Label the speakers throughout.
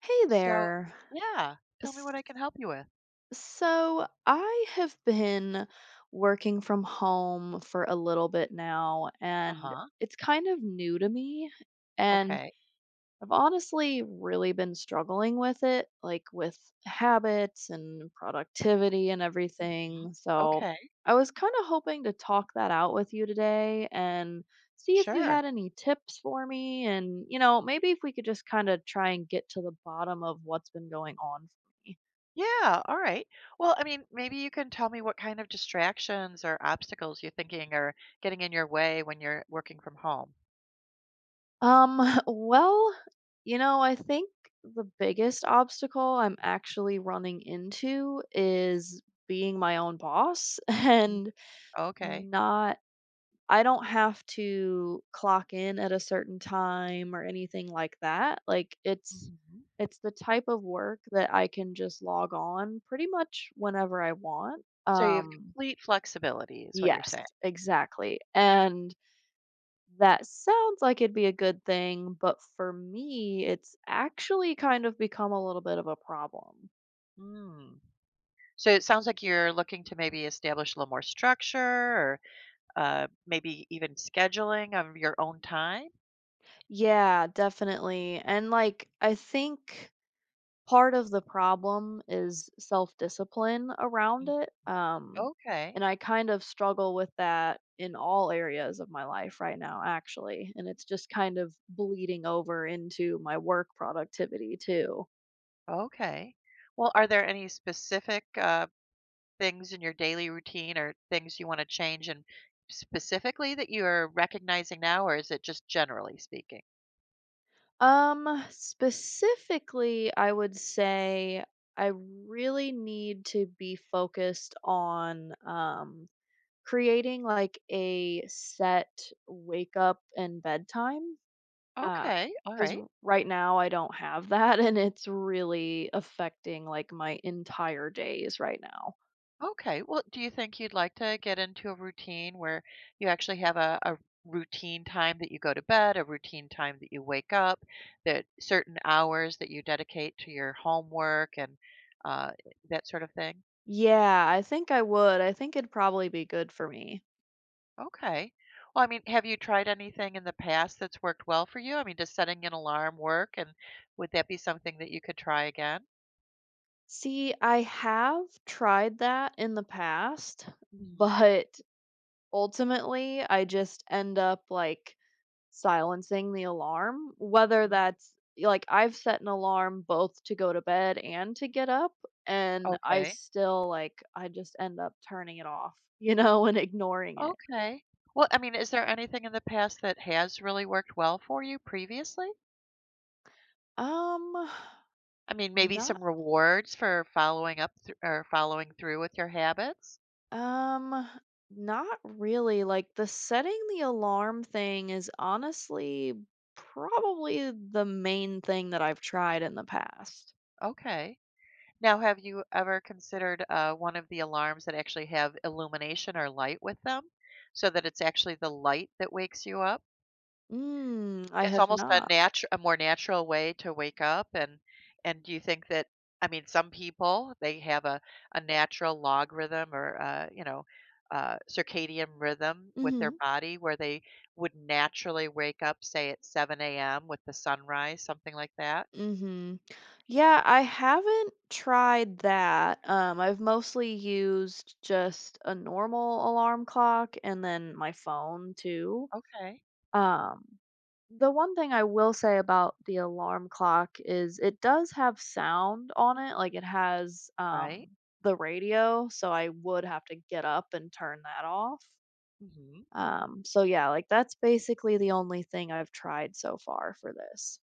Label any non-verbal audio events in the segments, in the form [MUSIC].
Speaker 1: Hey
Speaker 2: So
Speaker 1: there.
Speaker 2: yeah, tell me what I
Speaker 1: S-
Speaker 2: can help you with.
Speaker 1: So I have been working from home for a little bit now, and
Speaker 2: Uh-huh.
Speaker 1: it's kind of new to me. And
Speaker 2: Okay.
Speaker 1: I've honestly really been struggling with it, like with habits and productivity and
Speaker 2: Mhm.
Speaker 1: everything. So
Speaker 2: Okay,
Speaker 1: I was kind of hoping to talk that out with you today and see if you
Speaker 2: sure.
Speaker 1: had any tips for me. And, you know, maybe if we could just kind of try and get to the bottom of what's been going on for me.
Speaker 2: Yeah, all right. Well, I mean, maybe you can tell me what kind of distractions or obstacles you're thinking are getting in your way when you're working from home.
Speaker 1: [LAUGHS] Well, I think the biggest obstacle I'm actually running into is being my own boss [LAUGHS]
Speaker 2: Mm,
Speaker 1: and
Speaker 2: Okay.
Speaker 1: not I don't have to clock in at a certain time or anything like that. Like it's
Speaker 2: Mhm.
Speaker 1: it's the type of work that I can just log on pretty much whenever I want. Mm.
Speaker 2: So you have complete flexibility is what you're
Speaker 1: Yes,
Speaker 2: saying.
Speaker 1: exactly. And that sounds like it'd be a good thing, but for me it's actually kind of become a little bit of a problem.
Speaker 2: Mm. So it sounds like you're looking to maybe establish a little more structure or maybe even scheduling of your own time.
Speaker 1: Yeah, definitely. And like I think part of the problem is self-discipline around
Speaker 2: Mm,
Speaker 1: it.
Speaker 2: Okay.
Speaker 1: And I kind of struggle with that in all areas of my life right now, actually. And it's just kind of bleeding over into my work productivity too.
Speaker 2: Okay. Well, are there any specific things in your daily routine or things you want to change and specifically that you are recognizing now, or is it just generally speaking?
Speaker 1: Specifically, I would say I really need to be focused on creating like a set wake up and bedtime.
Speaker 2: Okay. All
Speaker 1: Because
Speaker 2: right.
Speaker 1: right now I don't have that, and it's really affecting, like, my entire days right now.
Speaker 2: Okay. Well, do you think you'd like to get into a routine where you actually have a routine time that you go to bed, a routine time that you wake up, that certain hours that you dedicate to your homework and uh, that sort of thing?
Speaker 1: Yeah, I think I would. I think it'd probably be good for me.
Speaker 2: Okay. Well, I mean, have you tried anything in the past that's worked well for you? I mean, does setting an alarm work, and would that be something that you could try again?
Speaker 1: See, I have tried that in the past,
Speaker 2: Hmm.
Speaker 1: but ultimately I just end up, like, silencing the alarm, whether that's, I've set an alarm both to go to bed and to get up, and I
Speaker 2: Okay.
Speaker 1: still, I just end up turning it off, [LAUGHS] and ignoring it.
Speaker 2: Okay. Well, I mean, is there anything in the past that has really worked well for you previously?
Speaker 1: Um,
Speaker 2: I mean, maybe
Speaker 1: not
Speaker 2: some rewards for following up or following through with your habits?
Speaker 1: um Not really. Like the setting the alarm thing is honestly probably the main thing that I've tried in the past.
Speaker 2: Okay. Now, have you ever considered one of the alarms that actually have illumination or light with them so that it's actually the light that wakes you up?
Speaker 1: Mm, I
Speaker 2: It's
Speaker 1: have
Speaker 2: almost a
Speaker 1: not.
Speaker 2: natu a more natural way to wake up, and do you think that I mean, some people, they have a natural log rhythm or, circadian rhythm with their
Speaker 1: Mm-hmm.
Speaker 2: body where they would naturally wake up, say, at 7 a.m. with the sunrise, something like that?
Speaker 1: Mm-hmm. Yeah, I haven't tried that. I've mostly used just a normal alarm clock and then my phone too.
Speaker 2: Okay.
Speaker 1: Um, the one thing I will say about the alarm clock is it does have sound on it. Like it has
Speaker 2: Right.
Speaker 1: the radio, so I would have to get up and turn that off.
Speaker 2: Mhm.
Speaker 1: So yeah, like that's basically the only thing I've tried so far for this.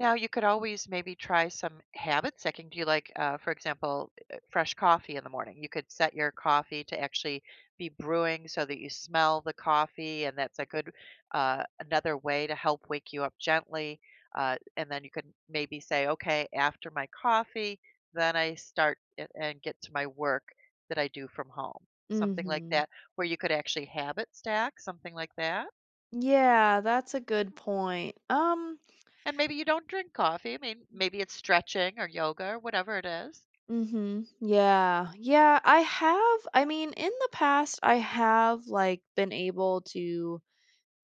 Speaker 2: Now you could always maybe try some habits that can do like, for example, fresh coffee in the morning. You could set your coffee to actually be brewing so that you smell the coffee, and that's a good another way to help wake you up gently. And then you could maybe say, okay, after my coffee, then I and get to my work that I do from home. Something like that, where you could actually habit stack, something like that.
Speaker 1: Yeah, that's a good point.
Speaker 2: And maybe you don't drink coffee. I mean, maybe it's stretching or yoga or whatever it is.
Speaker 1: Mhm. Yeah. Yeah. I mean, in the past I have like been able to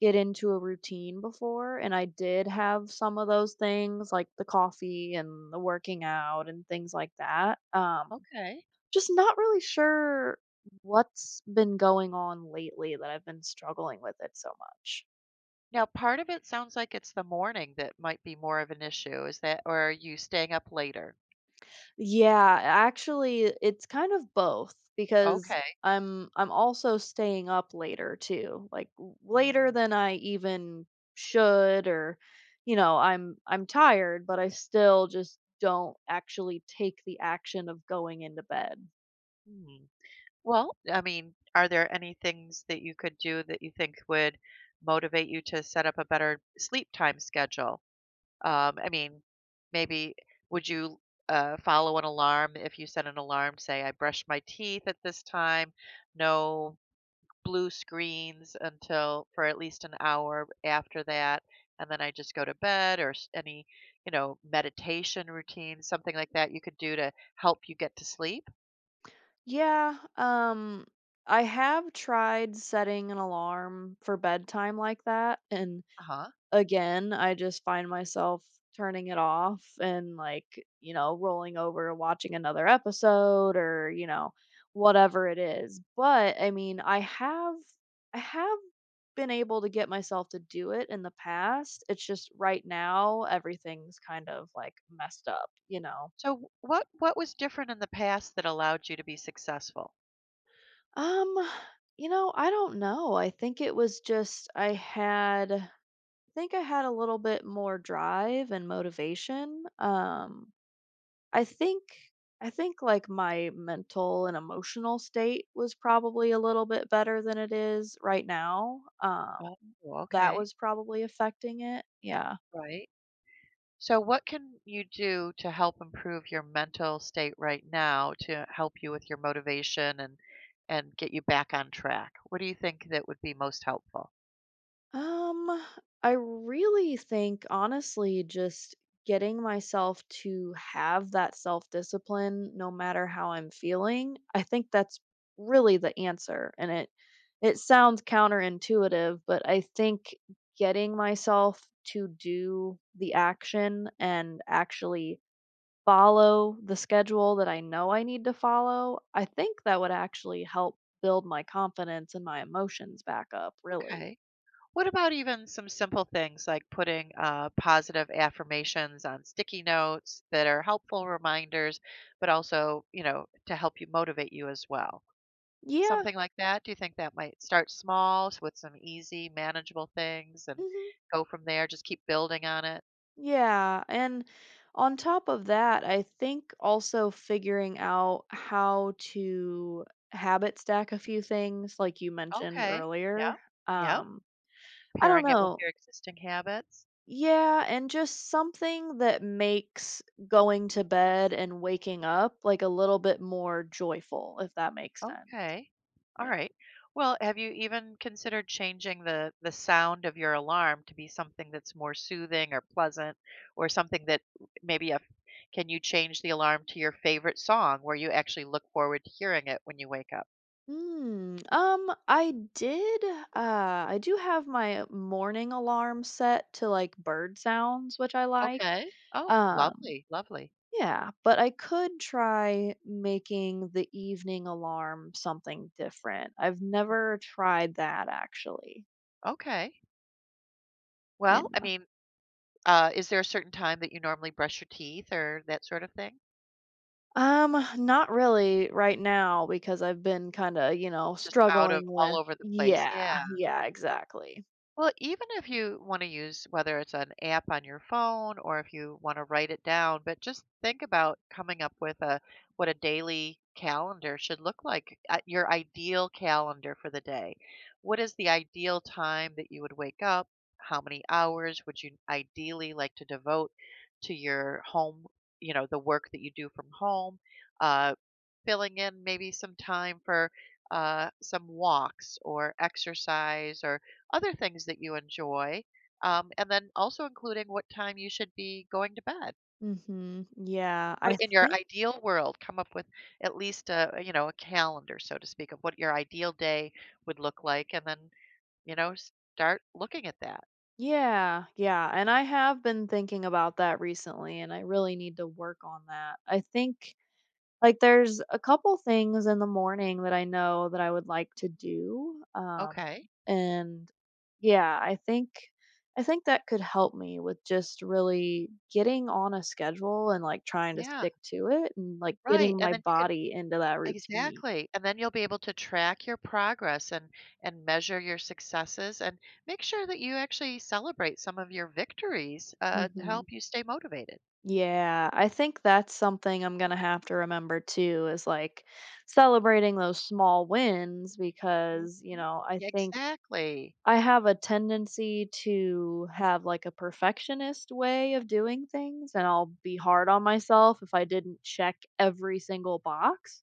Speaker 1: get into a routine before and I did have some of those things like the coffee and the working out and things like that.
Speaker 2: Okay.
Speaker 1: Just not really sure what's been going on lately that I've been struggling with it so much.
Speaker 2: Now, part of it sounds like it's the morning that might be more of an issue. Is that, or are you staying up later?
Speaker 1: Yeah, actually, it's kind of both because
Speaker 2: Okay.
Speaker 1: I'm also staying up later too. Like later
Speaker 2: Mm,
Speaker 1: than I even should. Or, I'm tired, but I still just don't actually take the action of going into bed.
Speaker 2: hmm. Well, I mean, are there any things that you could do that you think would motivate you to set up a better sleep time schedule? I mean, maybe would you follow an alarm if you set an alarm, say, I brush my teeth at this time, no blue screens until for at least an hour after that, and then I just go to bed or any, meditation routine, something like that you could do to help you get to sleep.
Speaker 1: Yeah, I have tried setting an alarm for bedtime like that. And
Speaker 2: Uh-huh.
Speaker 1: again, I just find myself turning it off and, like, rolling over, watching another episode or, whatever it is. But, I mean, I have been able to get myself to do it in the past. It's just right now, everything's kind of, like, messed up, you know?
Speaker 2: So what was different in the past that allowed you to be successful?
Speaker 1: Um, I don't know. I think it was just I think I had a little bit more drive and motivation. Um I think I think like my mental and emotional state was probably a little bit better than it is right now.
Speaker 2: Oh,
Speaker 1: That
Speaker 2: okay.
Speaker 1: was probably affecting it. Yeah.
Speaker 2: Right. So what can you do to help improve your mental state right now to help you with your motivation and get you back on track? What do you think that would be most helpful?
Speaker 1: Um, I really think honestly just getting myself to have that self-discipline no matter how I'm feeling, I think that's really the answer. And it sounds counterintuitive, but I think getting myself to do the action and actually follow the schedule that I know I need to follow, I think that would actually help build my confidence and my emotions back up, really.
Speaker 2: Okay. What about even some simple things like putting positive affirmations on sticky notes that are helpful reminders, but also, to help you motivate you as well?
Speaker 1: Yeah.
Speaker 2: Something like that. Do you think that might start small with some easy, manageable things and
Speaker 1: Mhm.
Speaker 2: go from there? Just keep building on it.
Speaker 1: Yeah. And on top of that, I think also figuring out how to habit stack a few things, like you mentioned
Speaker 2: Okay. Yeah.
Speaker 1: earlier.
Speaker 2: Yeah.
Speaker 1: I don't
Speaker 2: Pairing it with
Speaker 1: know.
Speaker 2: your existing habits.
Speaker 1: Yeah. And just something that makes going to bed and waking up like a little bit more joyful, if that makes sense.
Speaker 2: Okay. All
Speaker 1: Yeah.
Speaker 2: right. Well, have you even considered changing the sound of your alarm to be something that's more soothing or pleasant or something that maybe a can you change the alarm to your favorite song where you actually look forward to hearing it when you wake up?
Speaker 1: Hmm. I did I do have my morning alarm set to like bird sounds, which I like.
Speaker 2: Okay. Oh,
Speaker 1: Um,
Speaker 2: lovely, lovely.
Speaker 1: yeah, but I could try making the evening alarm something different. I've never tried that actually.
Speaker 2: Okay.
Speaker 1: Yeah.
Speaker 2: Well, I mean, is there a certain time that you normally brush your teeth or that sort of thing?
Speaker 1: Um, Not really right now because I've been kind of,
Speaker 2: Just out of
Speaker 1: struggling
Speaker 2: all
Speaker 1: with.
Speaker 2: over the place.
Speaker 1: Yeah,
Speaker 2: Yeah.
Speaker 1: yeah, exactly.
Speaker 2: Well, even if you want to use whether it's an app on your phone or if you want to write it down, but just think about coming up with a what a daily calendar should look like, your ideal calendar for the day. What is the ideal time that you would wake up? How many hours would you ideally like to devote to your home, the work that you do from home? Uh, filling in maybe some time for some walks or exercise or other things that you enjoy. And then also including what time you should be going to bed.
Speaker 1: Mhm. Yeah,
Speaker 2: What
Speaker 1: I
Speaker 2: in your
Speaker 1: think
Speaker 2: ideal world, come up with at least a you know a calendar, so to speak, of what your ideal day would look like, and then you know start looking at that.
Speaker 1: yeah, yeah, and I have been thinking about that recently and I really need to work on that. I think Like, there's a couple things in the morning that I know that I would like to do,
Speaker 2: Okay,
Speaker 1: and yeah, I think that could help me with just really getting on a schedule and, like, trying to
Speaker 2: yeah,
Speaker 1: stick to it and, like,
Speaker 2: right.
Speaker 1: getting
Speaker 2: And
Speaker 1: my
Speaker 2: then you can
Speaker 1: body into that routine.
Speaker 2: Exactly, and then you'll be able to track your progress and measure your successes and make sure that you actually celebrate some of your victories, to help
Speaker 1: Mhm.
Speaker 2: you stay motivated.
Speaker 1: Yeah, I think that's something I'm gonna have to remember too is, like, celebrating those small wins
Speaker 2: Mhm.
Speaker 1: because, I
Speaker 2: Yeah,
Speaker 1: think
Speaker 2: exactly.
Speaker 1: I have a tendency to have, like, a perfectionist way of doing things, and I'll be hard on myself if I didn't check every single box.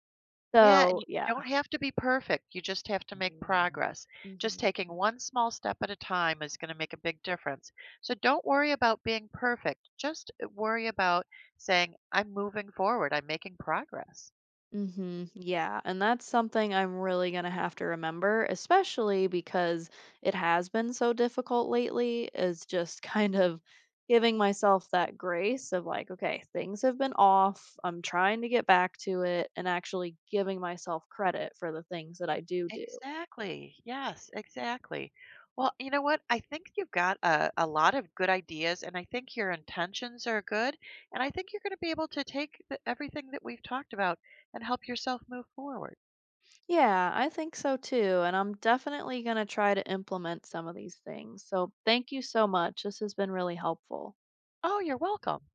Speaker 2: Yeah, and
Speaker 1: So,
Speaker 2: you
Speaker 1: yeah.
Speaker 2: don't have to be perfect, you just have to make progress. Just
Speaker 1: Mhm.
Speaker 2: taking one small step at a time is gonna make a big difference. So don't worry about being perfect, just, worry about saying, "I'm moving forward, I'm making progress."
Speaker 1: Mhm. Yeah, and that's something I'm really gonna have to remember, especially because it has been so difficult lately, is just kind of giving myself that grace of, like, "Okay, things have been off. I'm trying to get back to it," and actually giving myself credit for the things that I do do.
Speaker 2: Exactly. Yes, exactly. Well, you know what? I think you've got a lot of good ideas, and I think your intentions are good. And I think you're going to be able to take everything that we've talked about and help yourself move forward.
Speaker 1: Yeah, I think so too. And I'm definitely going to try to implement some of these things. So thank you so much. This has been really helpful.
Speaker 2: Oh, you're welcome.